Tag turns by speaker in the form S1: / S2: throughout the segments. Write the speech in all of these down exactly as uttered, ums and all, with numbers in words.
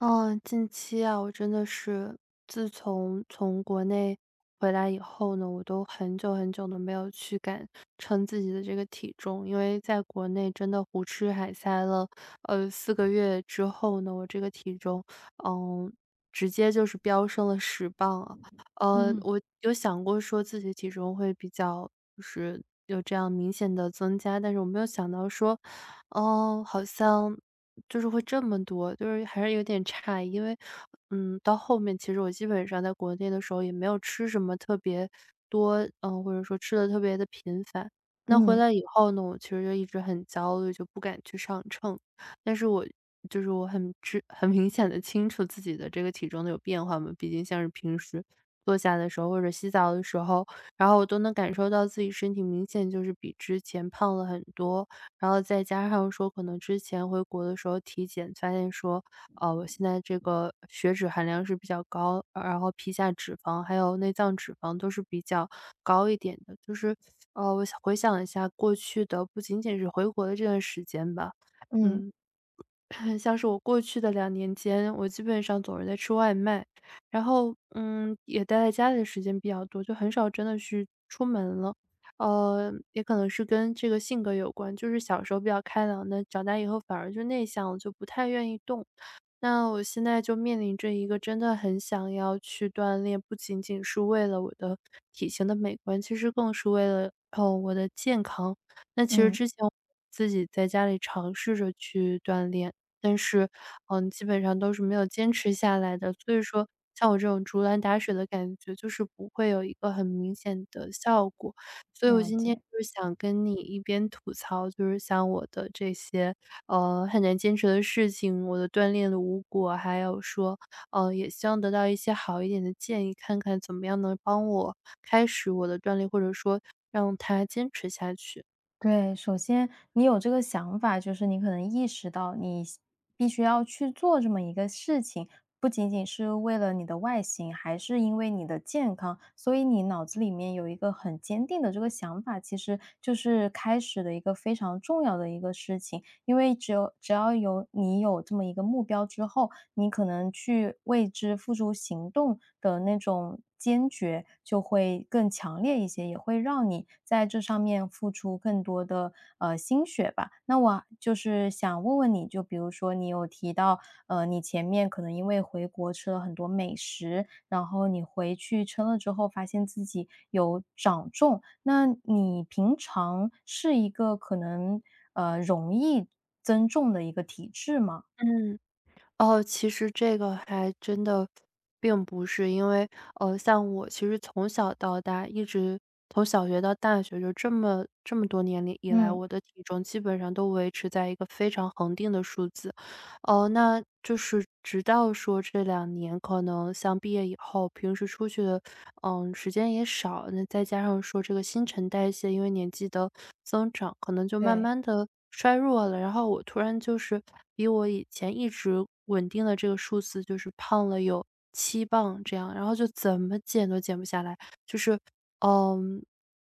S1: 嗯，近期啊，我真的是自从从国内回来以后呢，我都很久很久都没有去敢称自己的这个体重，因为在国内真的胡吃海塞了，呃，四个月之后呢，我这个体重，嗯，直接就是飙升了十磅啊。呃，
S2: 嗯。
S1: 我有想过说自己体重会比较就是有这样明显的增加，但是我没有想到说，哦，好像。就是会这么多，就是还是有点诧异。因为，嗯，到后面其实我基本上在国内的时候也没有吃什么特别多，嗯，或者说吃的特别的频繁。那回
S2: 嗯
S1: 来以后呢，我其实就一直很焦虑，就不敢去上秤。但是我就是我很知很明显的清楚自己的这个体重的有变化嘛，毕竟像是平时坐下的时候或者洗澡的时候，然后我都能感受到自己身体明显就是比之前胖了很多。然后再加上说可能之前回国的时候体检发现说，呃，我现在这个血脂含量是比较高，然后皮下脂肪还有内脏脂肪都是比较高一点的。就是，呃，我想回想一下过去的，不仅仅是回国的这段时间吧，
S2: 嗯
S1: 嗯。像是我过去的两年间，我基本上总是在吃外卖，然后，嗯，也待在家里的时间比较多，就很少真的是出门了。呃，也可能是跟这个性格有关，就是小时候比较开朗的，长大以后反而就内向了，就不太愿意动。那我现在就面临着一个真的很想要去锻炼，不仅仅是为了我的体型的美观，其实更是为了哦我的健康。那其实
S2: 嗯，
S1: 之前我自己在家里尝试着去锻炼，但是嗯，基本上都是没有坚持下来的。所以说，像我这种竹篮打水的感觉，就是不会有一个很明显的效果。所以我
S2: 了
S1: 今天
S2: 解。
S1: 就是想跟你一边吐槽，就是像我的这些呃，很难坚持的事情，我的锻炼的无果，还有说，呃，也希望得到一些好一点的建议，看看怎么样能帮我开始我的锻炼，或者说让它坚持下去。
S2: 对，首先你有这个想法，就是你可能意识到你是必须要去做这么一个事情，不仅仅是为了你的外形，还是因为你的健康，所以你脑子里面有一个很坚定的这个想法，其实就是开始的一个非常重要的一个事情。因为只有只要有你有这么一个目标之后，你可能去为之付出行动的那种坚决就会更强烈一些，也会让你在这上面付出更多的呃心血吧。那我就是想问问你，就比如说你有提到，呃，你前面可能因为回国吃了很多美食，然后你回去称了之后，发现自己有长重，那你平常是一个可能，呃，容易增重的一个体质吗？
S1: 嗯，哦，其实这个还真的并不是，因为呃，像我其实从小到大一直从小学到大学就这么这么多年里以来，
S2: 嗯，
S1: 我的体重基本上都维持在一个非常恒定的数字。哦，那就是直到说这两年可能像毕业以后，平时出去的，嗯，时间也少，那再加上说这个新陈代谢，因为年纪的增长，可能就慢
S2: 对，
S1: 慢的衰弱了。然后我突然就是比我以前一直稳定的这个数字，就是胖了有七磅这样，然后就怎么减都减不下来。就是，嗯，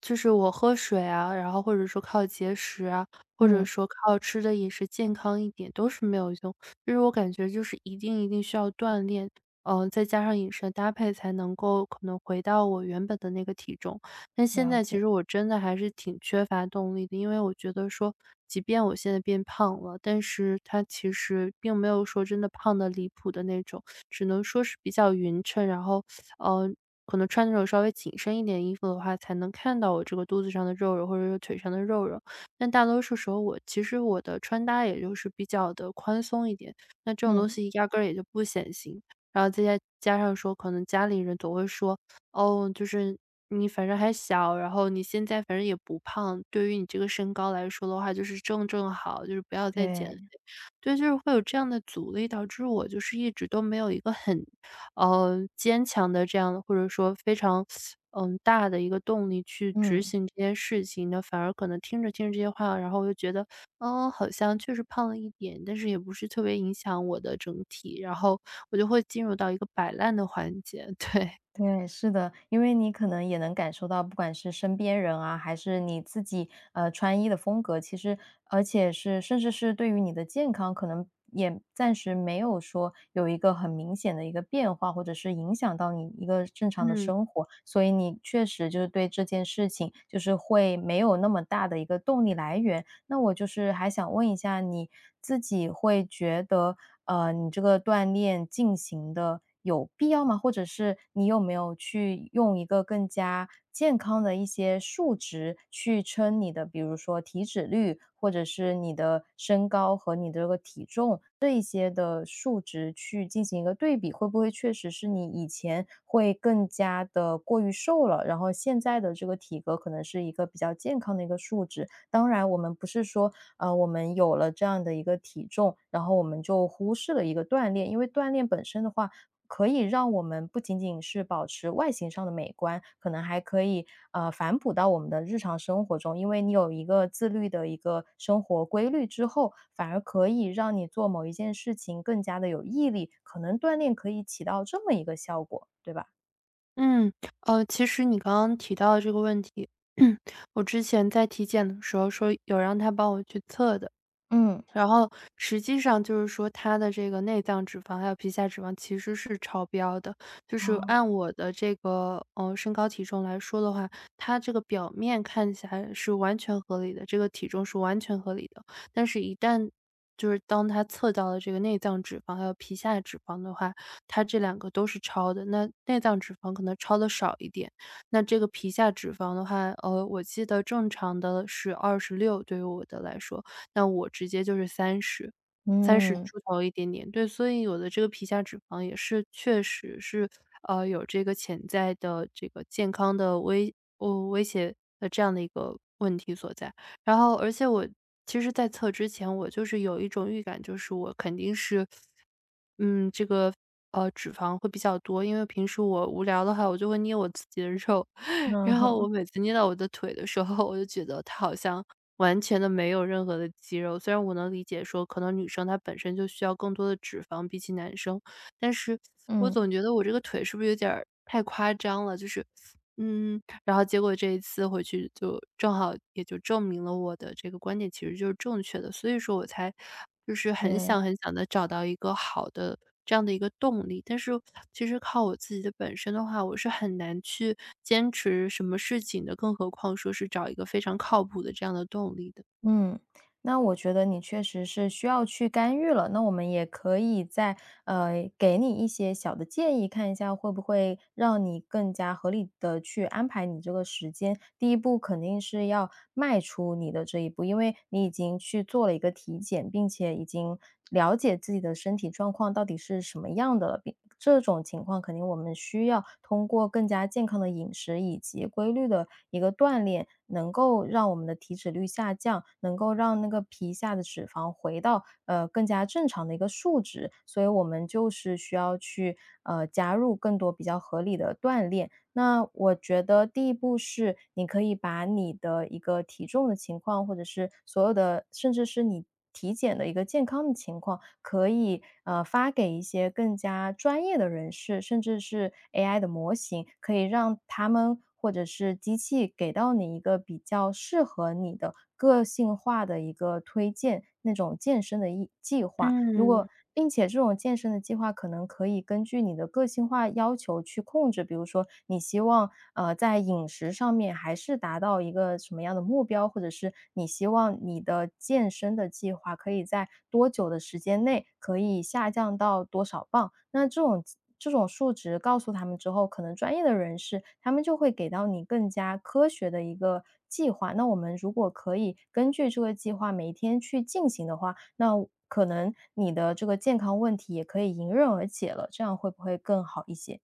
S1: 就是我喝水啊，然后或者说靠节食啊，或者
S2: 嗯，
S1: 说靠吃的饮食健康一点都是没有用。就是我感觉就是一定一定需要锻炼，嗯，再加上饮食的搭配才能够可能回到我原本的那个体重。但现
S2: 了
S1: 在其
S2: 解，
S1: 实我真的还是挺缺乏动力的，因为我觉得说，即便我现在变胖了，但是它其实并没有说真的胖的离谱的那种，只能说是比较匀称，然后嗯，可能穿那种稍微紧身一点衣服的话，才能看到我这个肚子上的肉肉，或者是腿上的肉肉。但大多数时候我其实我的穿搭也就是比较的宽松一点，那这种东
S2: 嗯，
S1: 西压根儿也就不显形。然后再加加上说可能家里人总会说：“哦，就是你反正还小，然后你现在反正也不胖，对于你这个身高来说的话，就是正正好，就是不要再减
S2: 对，
S1: 肥。”对，就是会有这样的阻力，导致我就是一直都没有一个很呃，坚强的这样的，或者说非常，嗯，大的一个动力去执
S2: 嗯。
S1: 行这件事情的，反而可能听着听着这些话，然后我就觉得，嗯，好像确实胖了一点，但是也不是特别影响我的整体，然后我就会进入到一个摆烂的环节，对。
S2: 对，是的，因为你可能也能感受到，不管是身边人啊，还是你自己，呃，穿衣的风格，其实而且是甚至是对于你的健康，可能也暂时没有说有一个很明显的一个变化，或者是影响到你一个正常的
S1: 嗯，
S2: 生活，所以你确实就是对这件事情，就是会没有那么大的一个动力来源。那我就是还想问一下，你自己会觉得，呃，你这个锻炼进行的有必要吗？或者是你有没有去用一个更加健康的一些数值去称你的，比如说体脂率，或者是你的身高和你的这个体重这一些的数值去进行一个对比，会不会确实是你以前会更加的过于瘦了，然后现在的这个体格可能是一个比较健康的一个数值，当然，我们不是说，呃，我们有了这样的一个体重，然后我们就忽视了一个锻炼，因为锻炼本身的话，可以让我们不仅仅是保持外形上的美观，可能还可以，呃，反哺到我们的日常生活中。因为你有一个自律的一个生活规律之后，反而可以让你做某一件事情更加的有毅力，可能锻炼可以起到这么一个效果，对吧？
S1: 嗯，呃，其实你刚刚提到的这个问题，我之前在体检的时候说有让他帮我去测的，
S2: 嗯，
S1: 然后实际上就是说，它的这个内脏脂肪还有皮下脂肪其实是超标的。就是
S2: 哦，
S1: 按我的这个，呃，身高体重来说的话，它这个表面看起来是完全合理的，这个体重是完全合理的。但是一旦就是当它测到了这个内脏脂肪还有皮下脂肪的话，它这两个都是超的。那内脏脂肪可能超的少一点，那这个皮下脂肪的话，呃，我记得正常的是二十六，对于我的来说，那我直接就是三十，三十
S2: 嗯，
S1: 出头一点点。对，所以我的这个皮下脂肪也是确实是，呃，有这个潜在的这个健康的威哦，威胁的这样的一个问题所在。然后而且我其实在测之前，我就是有一种预感，就是我肯定是，嗯，这个，呃，脂肪会比较多，因为平时我无聊的话，我就会捏我自己的肉，
S2: 嗯
S1: 然后我
S2: 哼，
S1: 每次捏到我的腿的时候，我就觉得它好像完全的没有任何的肌肉。虽然我能理解说，可能女生她本身就需要更多的脂肪，比起男生，但是 我
S2: 嗯，
S1: 总觉得我这个腿是不是有点儿太夸张了，就是嗯，然后结果这一次回去就正好也就证明了我的这个观点其实就是正确的，所以说我才就是很
S2: 对。
S1: 想很想的找到一个好的这样的一个动力。但是其实靠我自己的本身的话，我是很难去坚持什么事情的，更何况说是找一个非常靠谱的这样的动力的。
S2: 嗯，那我觉得你确实是需要去干预了。那我们也可以在呃给你一些小的建议，看一下会不会让你更加合理的去安排你这个时间。第一步肯定是要迈出你的这一步，因为你已经去做了一个体检，并且已经了解自己的身体状况到底是什么样的了，并这种情况肯定我们需要通过更加健康的饮食以及规律的一个锻炼，能够让我们的体脂率下降，能够让那个皮下的脂肪回到呃更加正常的一个数值。所以我们就是需要去呃加入更多比较合理的锻炼。那我觉得第一步是，你可以把你的一个体重的情况，或者是所有的，甚至是你体检的一个健康的情况，可以呃发给一些更加专业的人士，甚至是 A I 的模型，可以让他们或者是机器给到你一个比较适合你的个性化的一个推荐，那种健身的一计划。如果
S1: 嗯。
S2: 并且这种健身的计划可能可以根据你的个性化要求去控制，比如说你希望，呃，在饮食上面还是达到一个什么样的目标，或者是你希望你的健身的计划可以在多久的时间内可以下降到多少磅。那这种这种数值告诉他们之后，可能专业的人士他们就会给到你更加科学的一个计划。那我们如果可以根据这个计划每天去进行的话，那可能你的这个健康问题也可以迎刃而解了，这样会不会更好一些？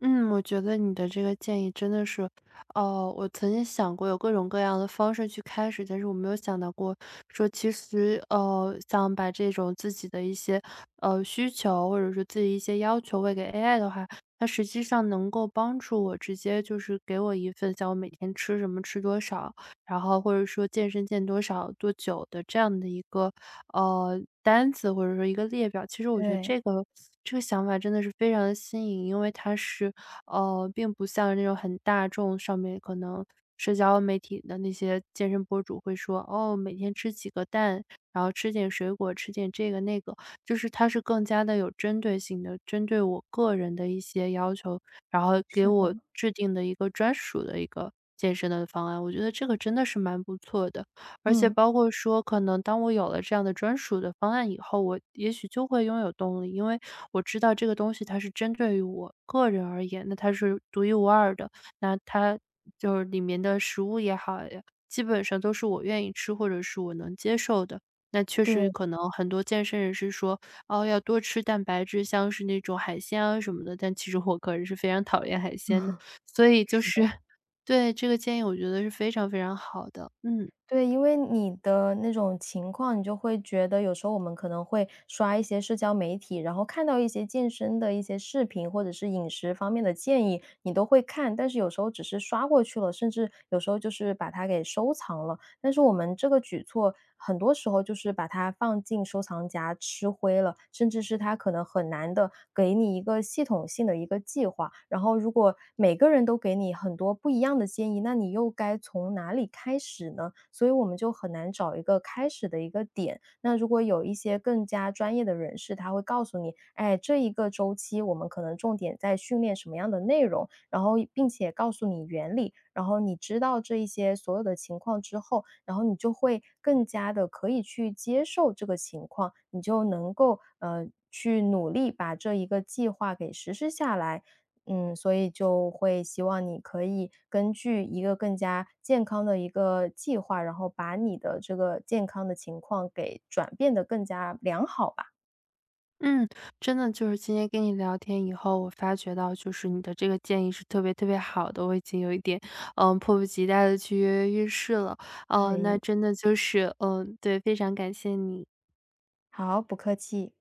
S1: 嗯，我觉得你的这个建议真的是，哦，我曾经想过有各种各样的方式去开始，但是我没有想到过说，其实呃，想把这种自己的一些呃需求或者说自己一些要求喂给 A I 的话，它实际上能够帮助我直接就是给我一份像我每天吃什么吃多少，然后或者说健身健多少多久的这样的一个呃，单子或者说一个列表。其实我觉得
S2: 对，
S1: 这个这个想法真的是非常的新颖，因为它是，呃，并不像那种很大众上面可能社交媒体的那些健身博主会说，哦，每天吃几个蛋，然后吃点水果，吃点这个那个。就是它是更加的有针对性的，针对我个人的一些要求，然后给
S2: 是的，
S1: 我制定的一个专属的一个健身的方案。我觉得这个真的是蛮不错的，而且
S2: 嗯，
S1: 包括说，可能当我有了这样的专属的方案以后，我也许就会拥有动力，因为我知道这个东西它是针对于我个人而言，那它是独一无二的，那它就是里面的食物也好呀，基本上都是我愿意吃或者是我能接受的。那确
S2: 对，
S1: 实 可能很多健身人士说，哦，要多吃蛋白质，像是那种海鲜啊什么的，但其实我个人是非常讨厌海鲜的，
S2: 嗯，
S1: 所以就
S2: 是
S1: 是
S2: 的。
S1: 对这个建议，我觉得是非常非常好的，嗯。
S2: 对，因为你的那种情况，你就会觉得有时候我们可能会刷一些社交媒体，然后看到一些健身的一些视频，或者是饮食方面的建议，你都会看，但是有时候只是刷过去了，甚至有时候就是把它给收藏了。但是我们这个举措，很多时候就是把它放进收藏夹吃灰了，甚至是它可能很难的给你一个系统性的一个计划。然后如果每个人都给你很多不一样的建议，那你又该从哪里开始呢？所以我们就很难找一个开始的一个点。那如果有一些更加专业的人士，他会告诉你，哎，这一个周期我们可能重点在训练什么样的内容，然后并且告诉你原理，然后你知道这一些所有的情况之后，然后你就会更加的可以去接受这个情况，你就能够呃去努力把这一个计划给实施下来，嗯，所以就会希望你可以根据一个更加健康的一个计划，然后把你的这个健康的情况给转变得更加良好吧。
S1: 嗯，真的就是今天跟你聊天以后，我发觉到就是你的这个建议是特别特别好的，我已经有一点，嗯，迫不及待的去跃跃欲试了。
S2: 可
S1: 哦，那
S2: 以。
S1: 真的就是，嗯，对，非常感谢你。
S2: 好，不客气。